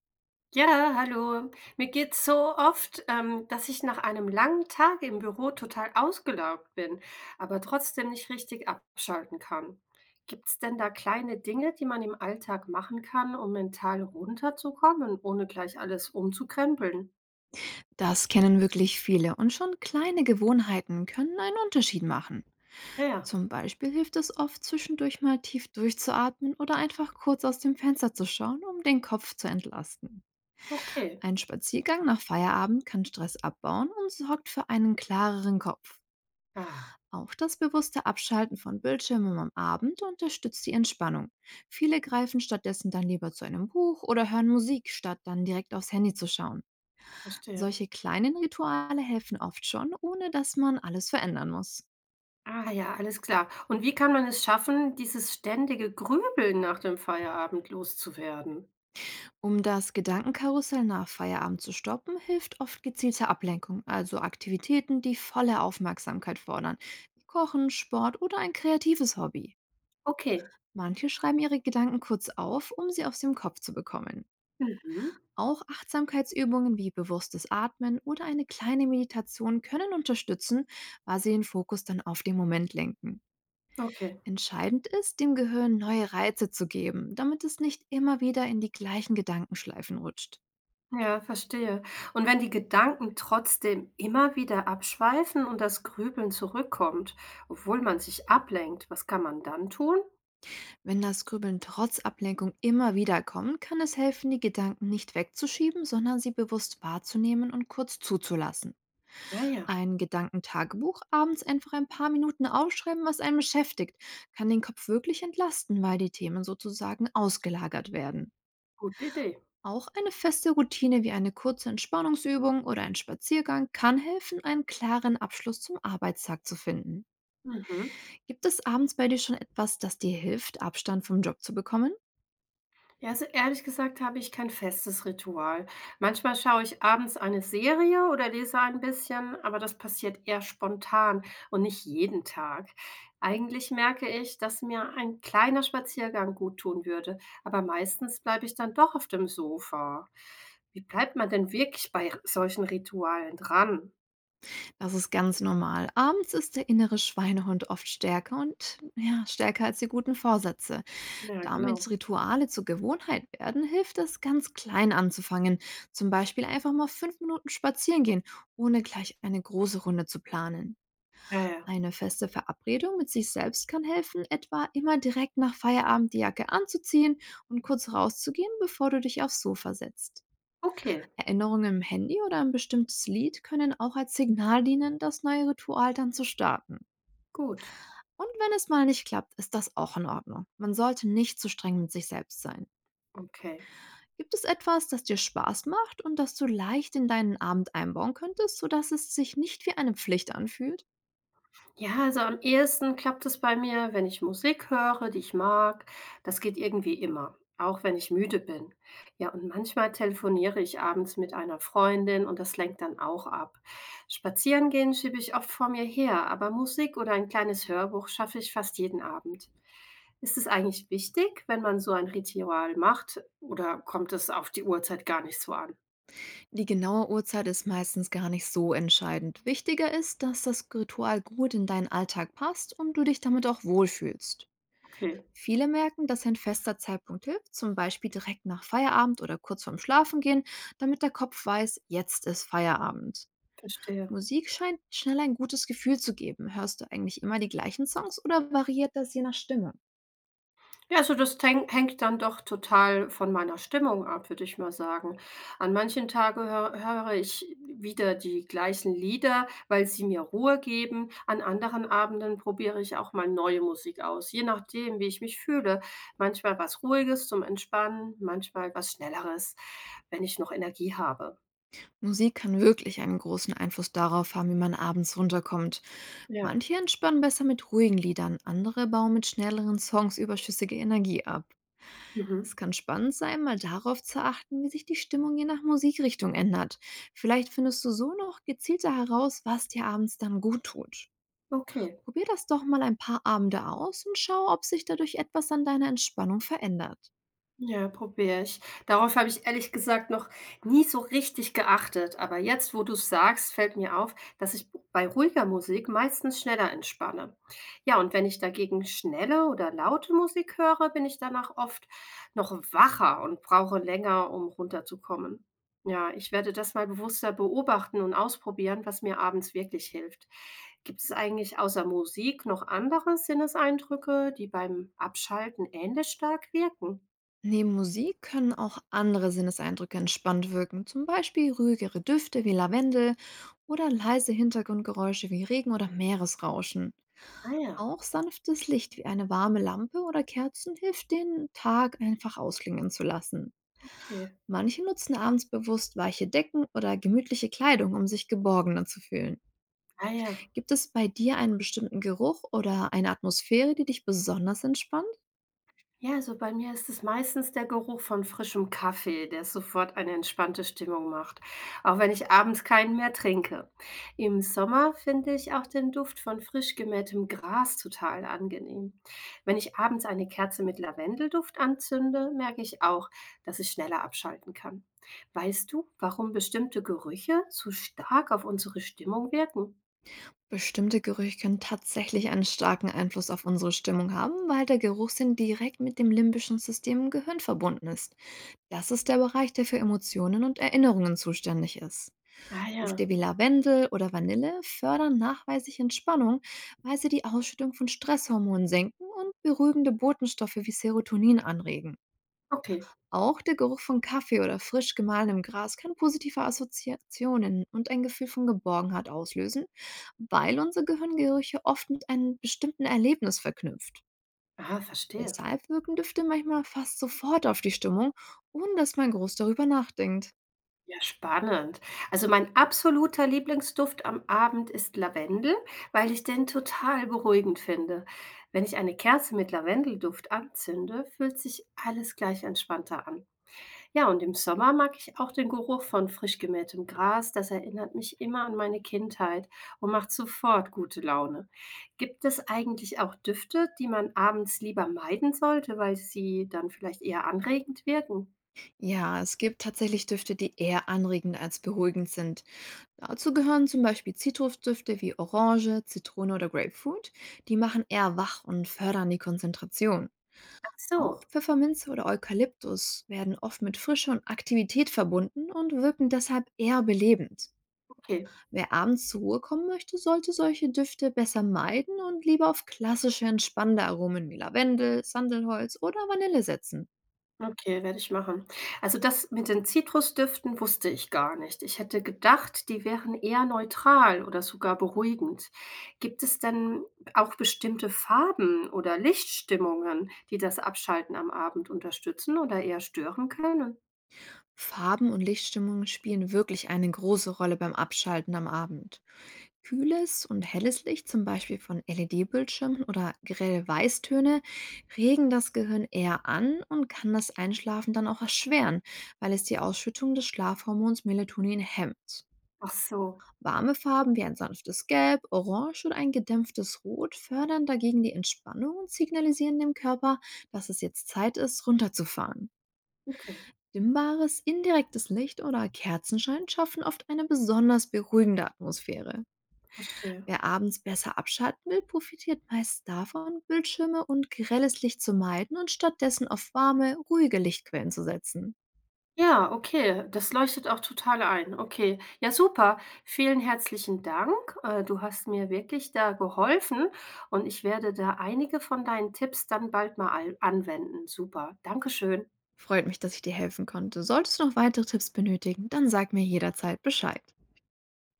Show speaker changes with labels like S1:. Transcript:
S1: Ja, hallo. Mir geht's so oft, dass ich nach einem langen Tag im Büro total ausgelaugt bin, aber trotzdem nicht richtig abschalten kann. Gibt's denn da kleine Dinge, die man im Alltag machen kann, um mental runterzukommen, ohne gleich alles umzukrempeln?
S2: Das kennen wirklich viele und schon kleine Gewohnheiten können einen Unterschied machen.
S1: Ja, ja,
S2: Zum Beispiel hilft es oft, zwischendurch mal tief durchzuatmen oder einfach kurz aus dem Fenster zu schauen, um den Kopf zu entlasten.
S1: okay.
S2: Ein Spaziergang nach Feierabend kann Stress abbauen und sorgt für einen klareren Kopf.
S1: Ah,
S2: Auch das bewusste Abschalten von Bildschirmen am Abend unterstützt die Entspannung. Viele greifen stattdessen dann lieber zu einem Buch oder hören Musik, statt dann direkt aufs Handy zu schauen.
S1: verstehe.
S2: Solche kleinen Rituale helfen oft schon, ohne dass man alles verändern muss.
S1: Ah ja, alles klar. Und wie kann man es schaffen, dieses ständige Grübeln nach dem Feierabend loszuwerden?
S2: Um das Gedankenkarussell nach Feierabend zu stoppen, hilft oft gezielte Ablenkung, also Aktivitäten, die volle Aufmerksamkeit fordern, wie Kochen, Sport oder ein kreatives Hobby.
S1: Okay.
S2: Manche schreiben ihre Gedanken kurz auf, um sie aus dem Kopf zu bekommen.
S1: Mhm.
S2: Auch Achtsamkeitsübungen wie bewusstes Atmen oder eine kleine Meditation können unterstützen, weil sie den Fokus dann auf den Moment lenken.
S1: Okay.
S2: Entscheidend ist, dem Gehirn neue Reize zu geben, damit es nicht immer wieder in die gleichen Gedankenschleifen rutscht.
S1: Ja, verstehe. Und wenn die Gedanken trotzdem immer wieder abschweifen und das Grübeln zurückkommt, obwohl man sich ablenkt, was kann man dann tun?
S2: Wenn das Grübeln trotz Ablenkung immer wieder kommt, kann es helfen, die Gedanken nicht wegzuschieben, sondern sie bewusst wahrzunehmen und kurz zuzulassen.
S1: Ah ja.
S2: Ein Gedankentagebuch, abends einfach ein paar Minuten aufschreiben, was einen beschäftigt, kann den Kopf wirklich entlasten, weil die Themen sozusagen ausgelagert werden.
S1: Gute Idee.
S2: Auch eine feste Routine wie eine kurze Entspannungsübung oder ein Spaziergang kann helfen, einen klaren Abschluss zum Arbeitstag zu finden.
S1: Mhm.
S2: Gibt es abends bei dir schon etwas, das dir hilft, Abstand vom Job zu bekommen?
S1: Ja, also ehrlich gesagt habe ich kein festes Ritual. Manchmal schaue ich abends eine Serie oder lese ein bisschen, aber das passiert eher spontan und nicht jeden Tag. Eigentlich merke ich, dass mir ein kleiner Spaziergang gut tun würde, aber meistens bleibe ich dann doch auf dem Sofa. Wie bleibt man denn wirklich bei solchen Ritualen dran?
S2: Das ist ganz normal. Abends ist der innere Schweinehund oft stärker und ja, stärker als die guten Vorsätze.
S1: Ja,
S2: Damit
S1: genau.
S2: Rituale zur Gewohnheit werden, hilft es, ganz klein anzufangen. Zum Beispiel einfach mal 5 Minuten spazieren gehen, ohne gleich eine große Runde zu planen.
S1: Ja, ja.
S2: Eine feste Verabredung mit sich selbst kann helfen, etwa immer direkt nach Feierabend die Jacke anzuziehen und kurz rauszugehen, bevor du dich aufs Sofa setzt.
S1: Okay,
S2: Erinnerungen im Handy oder ein bestimmtes Lied können auch als Signal dienen, das neue Ritual dann zu starten.
S1: gut.
S2: Und wenn es mal nicht klappt, ist das auch in Ordnung. Man sollte nicht zu streng mit sich selbst sein.
S1: Okay.
S2: Gibt es etwas, das dir Spaß macht und das du leicht in deinen Abend einbauen könntest, sodass es sich nicht wie eine Pflicht anfühlt?
S1: Ja, also am ehesten klappt es bei mir, wenn ich Musik höre, die ich mag. Das geht irgendwie immer, auch wenn ich müde bin. Ja, und manchmal telefoniere ich abends mit einer Freundin und das lenkt dann auch ab. Spazieren gehen schiebe ich oft vor mir her, aber Musik oder ein kleines Hörbuch schaffe ich fast jeden Abend. Ist es eigentlich wichtig, wenn man so ein Ritual macht, oder kommt es auf die Uhrzeit gar nicht so an?
S2: Die genaue Uhrzeit ist meistens gar nicht so entscheidend. Wichtiger ist, dass das Ritual gut in deinen Alltag passt und du dich damit auch wohlfühlst.
S1: Okay,
S2: Viele merken, dass ein fester Zeitpunkt hilft, zum Beispiel direkt nach Feierabend oder kurz vorm Schlafengehen, damit der Kopf weiß, jetzt ist Feierabend.
S1: verstehe.
S2: Musik scheint schnell ein gutes Gefühl zu geben. Hörst du eigentlich immer die gleichen Songs oder variiert das je nach Stimme?
S1: Ja, also das tänk hängt dann doch total von meiner Stimmung ab, würde ich mal sagen. An manchen Tagen hö höre ich wieder die gleichen Lieder, weil sie mir Ruhe geben. An anderen Abenden probiere ich auch mal neue Musik aus, je nachdem, wie ich mich fühle. Manchmal was Ruhiges zum Entspannen, manchmal was Schnelleres, wenn ich noch Energie habe.
S2: Musik kann wirklich einen großen Einfluss darauf haben, wie man abends runterkommt.
S1: Ja,
S2: Manche entspannen besser mit ruhigen Liedern, andere bauen mit schnelleren Songs überschüssige Energie ab. Es
S1: mhm.
S2: kann spannend sein, mal darauf zu achten, wie sich die Stimmung je nach Musikrichtung ändert. Vielleicht findest du so noch gezielter heraus, was dir abends dann gut tut.
S1: Okay.
S2: Probier das doch mal ein paar Abende aus und schau, ob sich dadurch etwas an deiner Entspannung verändert.
S1: Ja, probiere ich. Darauf habe ich ehrlich gesagt noch nie so richtig geachtet, aber jetzt, wo du's sagst, fällt mir auf, dass ich bei ruhiger Musik meistens schneller entspanne. Ja, und wenn ich dagegen schnelle oder laute Musik höre, bin ich danach oft noch wacher und brauche länger, um runterzukommen. Ja, ich werde das mal bewusster beobachten und ausprobieren, was mir abends wirklich hilft. Gibt es eigentlich außer Musik noch andere Sinneseindrücke, die beim Abschalten ähnlich stark wirken?
S2: Neben Musik können auch andere Sinneseindrücke entspannt wirken, zum Beispiel ruhigere Düfte wie Lavendel oder leise Hintergrundgeräusche wie Regen oder Meeresrauschen.
S1: Ah ja,
S2: Auch sanftes Licht wie eine warme Lampe oder Kerzen hilft, den Tag einfach ausklingen zu lassen.
S1: okay.
S2: Manche nutzen abends bewusst weiche Decken oder gemütliche Kleidung, um sich geborgener zu fühlen.
S1: Ah ja.
S2: Gibt es bei dir einen bestimmten Geruch oder eine Atmosphäre, die dich besonders entspannt?
S1: Ja, also bei mir ist es meistens der Geruch von frischem Kaffee, der sofort eine entspannte Stimmung macht, auch wenn ich abends keinen mehr trinke. Im Sommer finde ich auch den Duft von frisch gemähtem Gras total angenehm. Wenn ich abends eine Kerze mit Lavendelduft anzünde, merke ich auch, dass ich schneller abschalten kann. Weißt du, warum bestimmte Gerüche so stark auf unsere Stimmung wirken?
S2: Bestimmte Gerüche können tatsächlich einen starken Einfluss auf unsere Stimmung haben, weil der Geruchssinn direkt mit dem limbischen System im Gehirn verbunden ist. Das ist der Bereich, der für Emotionen und Erinnerungen zuständig ist.
S1: Ah
S2: Düfte
S1: ja,
S2: wie Lavendel oder Vanille fördern nachweislich Entspannung, weil sie die Ausschüttung von Stresshormonen senken und beruhigende Botenstoffe wie Serotonin anregen.
S1: okay.
S2: Auch der Geruch von Kaffee oder frisch gemahlenem Gras kann positive Assoziationen und ein Gefühl von Geborgenheit auslösen, weil unser Gehirn Gerüche oft mit einem bestimmten Erlebnis verknüpft.
S1: Ah, verstehe.
S2: Deshalb wirken Düfte manchmal fast sofort auf die Stimmung, ohne dass man groß darüber nachdenkt.
S1: Ja, spannend. Also mein absoluter Lieblingsduft am Abend ist Lavendel, weil ich den total beruhigend finde. Wenn ich eine Kerze mit Lavendelduft anzünde, fühlt sich alles gleich entspannter an. Ja, und im Sommer mag ich auch den Geruch von frisch gemähtem Gras. Das erinnert mich immer an meine Kindheit und macht sofort gute Laune. Gibt es eigentlich auch Düfte, die man abends lieber meiden sollte, weil sie dann vielleicht eher anregend wirken?
S2: Ja, es gibt tatsächlich Düfte, die eher anregend als beruhigend sind. Dazu gehören zum Beispiel Zitrusdüfte wie Orange, Zitrone oder Grapefruit. Die machen eher wach und fördern die Konzentration.
S1: Ach
S2: Auch
S1: so,
S2: Pfefferminze oder Eukalyptus werden oft mit Frische und Aktivität verbunden und wirken deshalb eher belebend.
S1: okay.
S2: Wer abends zur Ruhe kommen möchte, sollte solche Düfte besser meiden und lieber auf klassische entspannende Aromen wie Lavendel, Sandelholz oder Vanille setzen.
S1: Okay, werde ich machen. Also das mit den Zitrusdüften wusste ich gar nicht. Ich hätte gedacht, die wären eher neutral oder sogar beruhigend. Gibt es denn auch bestimmte Farben oder Lichtstimmungen, die das Abschalten am Abend unterstützen oder eher stören können?
S2: Farben und Lichtstimmungen spielen wirklich eine große Rolle beim Abschalten am Abend. Kühles und helles Licht, zum Beispiel von LED-Bildschirmen oder grelle Weißtöne, regen das Gehirn eher an und kann das Einschlafen dann auch erschweren, weil es die Ausschüttung des Schlafhormons Melatonin hemmt.
S1: Ach so,
S2: Warme Farben wie ein sanftes Gelb, Orange oder ein gedämpftes Rot fördern dagegen die Entspannung und signalisieren dem Körper, dass es jetzt Zeit ist, runterzufahren.
S1: okay,
S2: Dimmbares, indirektes Licht oder Kerzenschein schaffen oft eine besonders beruhigende Atmosphäre.
S1: verstehe.
S2: Wer abends besser abschalten will, profitiert meist davon, Bildschirme und grelles Licht zu meiden und stattdessen auf warme, ruhige Lichtquellen zu setzen.
S1: Ja, okay, das leuchtet auch total ein. Okay, ja super. Vielen herzlichen Dank. Du hast mir wirklich da geholfen und ich werde da einige von deinen Tipps dann bald mal al anwenden. Super, Dankeschön.
S2: Freut mich, dass ich dir helfen konnte. Solltest du noch weitere Tipps benötigen, dann sag mir jederzeit Bescheid.